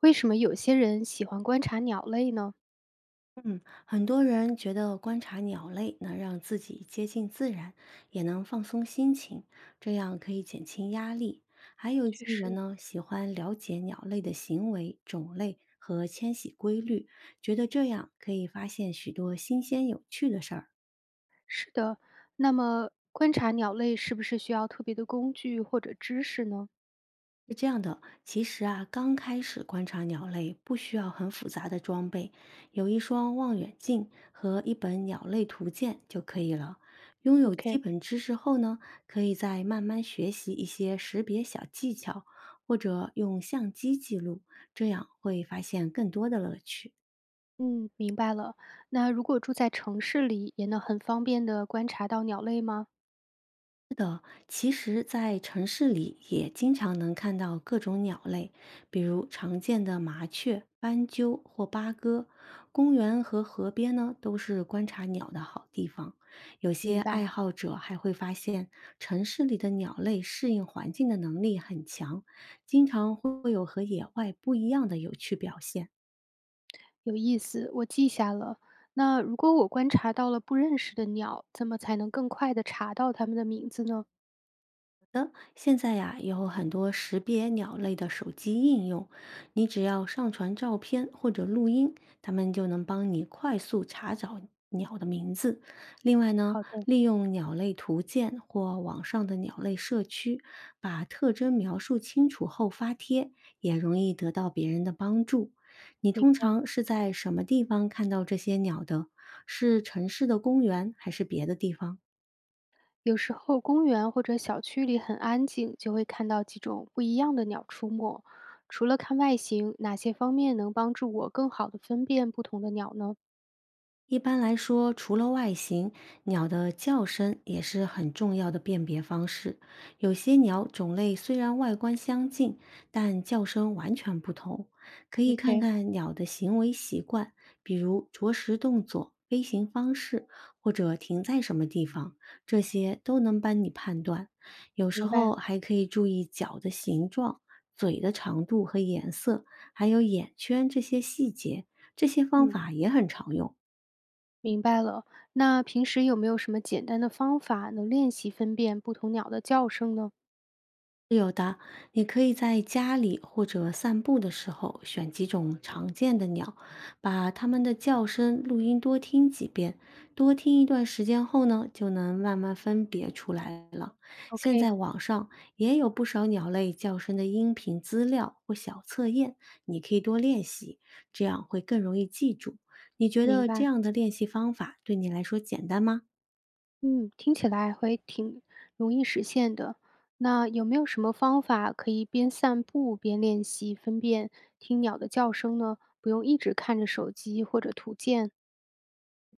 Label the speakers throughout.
Speaker 1: 为什么有些人喜欢观察鸟类呢？
Speaker 2: 嗯，很多人觉得观察鸟类能让自己接近自然，也能放松心情，这样可以减轻压力。还有一
Speaker 1: 确
Speaker 2: 些人
Speaker 1: 实
Speaker 2: 呢，喜欢了解鸟类的行为、种类和迁徙规律，觉得这样可以发现许多新鲜有趣的事儿。
Speaker 1: 是的。那么，观察鸟类是不是需要特别的工具或者知识呢
Speaker 2: 是这样的，其实啊，刚开始观察鸟类不需要很复杂的装备，有一双望远镜和一本鸟类图鉴就可以了。拥有基
Speaker 1: ？OK，
Speaker 2: 本知识后呢，可以再慢慢学习一些识别小技巧，或者用相机记录，这样会发现更多的乐趣。
Speaker 1: 嗯，明白了。那如果住在城市里，也能很方便的观察到鸟类吗？
Speaker 2: 其实，在城市里也经常能看到各种鸟类，比如常见的麻雀、斑鸠或八哥。公园和河边呢，都是观察鸟的好地方。有些
Speaker 1: 明白，
Speaker 2: 爱好者还会发现，城市里的鸟类适应环境的能力很强，经常会有和野外不一样的有趣表现。
Speaker 1: 有意思，我记下了。那如果我观察到了不认识的鸟，怎么才能更快的查到它们的名字呢？
Speaker 2: 现在呀，有很多识别鸟类的手机应用，你只要上传照片或者录音，它们就能帮你快速查找鸟的名字。另外呢，
Speaker 1: 好的，
Speaker 2: 利用鸟类图鉴或网上的鸟类社区，把特征描述清楚后发帖，也容易得到别人的帮助。你
Speaker 1: 明。
Speaker 2: 通常是在什么地方看到这些鸟的？是城市的公园还是别的地方？
Speaker 1: 有时候公园或者小区里很安静，就会看到几种不一样的鸟出没。除了看外形，哪些方面能帮助我更好的分辨不同的鸟呢
Speaker 2: 一般来说，除了外形，鸟的叫声也是很重要的辨别方式。有些鸟种类虽然外观相近，但叫声完全不同。可以看
Speaker 1: ？OK，
Speaker 2: 看鸟的行为习惯，比如啄食动作、飞行方式，或者停在什么地方，这些都能帮你判断。有时
Speaker 1: 明白。
Speaker 2: 候还可以注意脚的形状、嘴的长度和颜色，还有眼圈这些细节。这些方
Speaker 1: 嗯，
Speaker 2: 法也很常用。
Speaker 1: 明白了。那平时有没有什么简单的方法能练习分辨不同鸟的叫声呢
Speaker 2: 有的，你可以在家里或者散步的时候选几种常见的鸟，把它们的叫声录音多听几遍，多听一段时间后呢，就能慢慢分别出来了。现在
Speaker 1: ？OK，
Speaker 2: 网上也有不少鸟类叫声的音频资料或小测验，你可以多练习，这样会更容易记住。你觉
Speaker 1: 明
Speaker 2: 得这
Speaker 1: 白。
Speaker 2: 样的练习方法对你来说简单吗？
Speaker 1: 嗯，听起来会挺容易实现的。那有没有什么方法可以边散步边练习分辨听鸟的叫声呢？不用一直看着手机或者图鉴。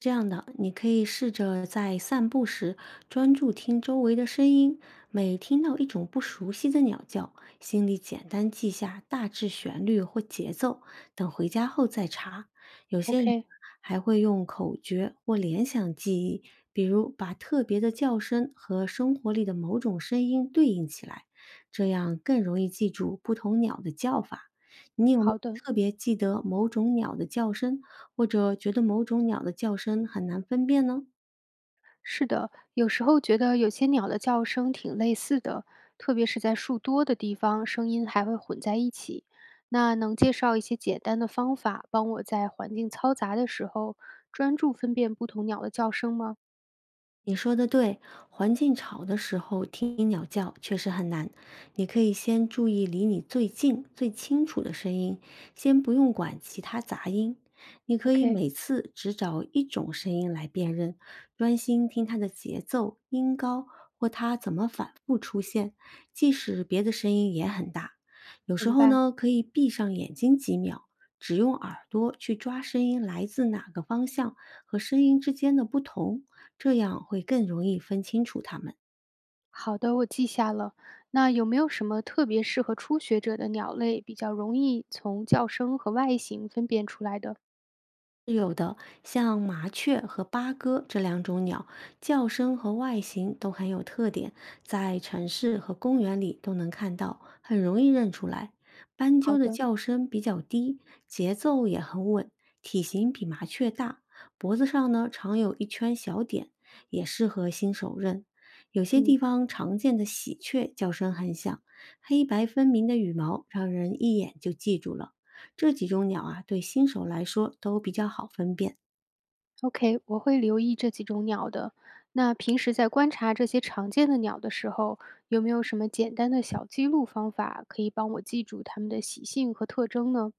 Speaker 2: 这样的，你可以试着在散步时专注听周围的声音，每听到一种不熟悉的鸟叫，心里简单记下大致旋律或节奏，等回家后再查。有些人
Speaker 1: OK，
Speaker 2: 还会用口诀或联想记忆，比如把特别的叫声和生活里的某种声音对应起来，这样更容易记住不同鸟的叫法。你有没有
Speaker 1: 好的，
Speaker 2: 特别记得某种鸟的叫声？或者觉得某种鸟的叫声很难分辨呢？
Speaker 1: 是的。有时候觉得有些鸟的叫声挺类似的，特别是在树多的地方，声音还会混在一起。那能介绍一些简单的方法，帮我在环境嘈杂的时候专注分辨不同鸟的叫声吗
Speaker 2: 你说的对，环境吵的时候听鸟叫确实很难。你可以先注意离你最近、最清楚的声音，先不用管其他杂音。你可以
Speaker 1: ？OK，
Speaker 2: 每次只找一种声音来辨认，专心听它的节奏、音高或它怎么反复出现，即使别的声音也很大。有时
Speaker 1: 明
Speaker 2: 候
Speaker 1: 白。
Speaker 2: 呢，可以闭上眼睛几秒，只用耳朵去抓声音来自哪个方向和声音之间的不同。这样会更容易分清楚它们。
Speaker 1: 好的，我记下了。那有没有什么特别适合初学者的鸟类，比较容易从叫声和外形分辨出来的？
Speaker 2: 是有的，像麻雀和八哥这两种鸟，叫声和外形都很有特点，在城市和公园里都能看到，很容易认出来。斑鸠
Speaker 1: 好
Speaker 2: 的
Speaker 1: 的，
Speaker 2: 叫声比较低，节奏也很稳，体型比麻雀大，脖子上呢常有一圈小点，也适合新手认。有些
Speaker 1: 嗯
Speaker 2: 地方常见的喜鹊叫声很响，黑白分明的羽毛让人一眼就记住了。这几种鸟啊，对新手来说都比较好分辨。
Speaker 1: ，OK，我会留意这几种鸟的。那平时在观察这些常见的鸟的时候，有没有什么简单的小记录方法可以帮我记住它们的习性和特征呢？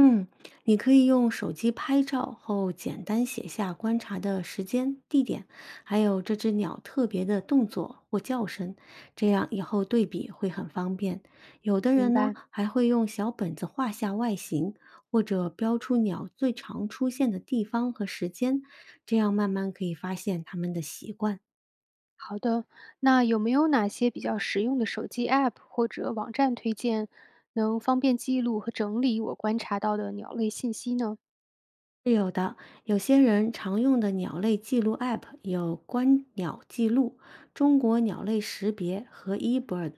Speaker 2: 嗯，你可以用手机拍照后，简单写下观察的时间、地点，还有这只鸟特别的动作或叫声，这样以后对比会很方便。有的
Speaker 1: 明
Speaker 2: 人呢，
Speaker 1: 白。
Speaker 2: 还会用小本子画下外形，或者标出鸟最常出现的地方和时间，这样慢慢可以发现它们的习惯。
Speaker 1: 好的，那有没有哪些比较实用的手机 App 或者网站推荐，能方便记录和整理我观察到的鸟类信息呢？
Speaker 2: 是有的，有些人常用的鸟类记录 App 有观鸟记录、中国鸟类识别和 eBird，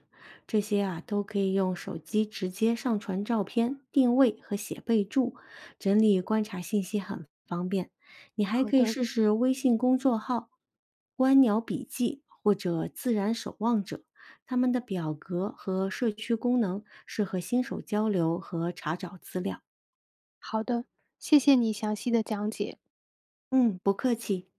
Speaker 2: 这些啊都可以用手机直接上传照片、定位和写备注，整理观察信息很方便。你还
Speaker 1: 好
Speaker 2: 可以
Speaker 1: 的，
Speaker 2: 试试微信公众号“观鸟笔记”或者“自然守望者”，他们的表格和社区功能适合新手交流和查找资料。
Speaker 1: 好的，谢谢你详细的讲解。
Speaker 2: 嗯，不客气。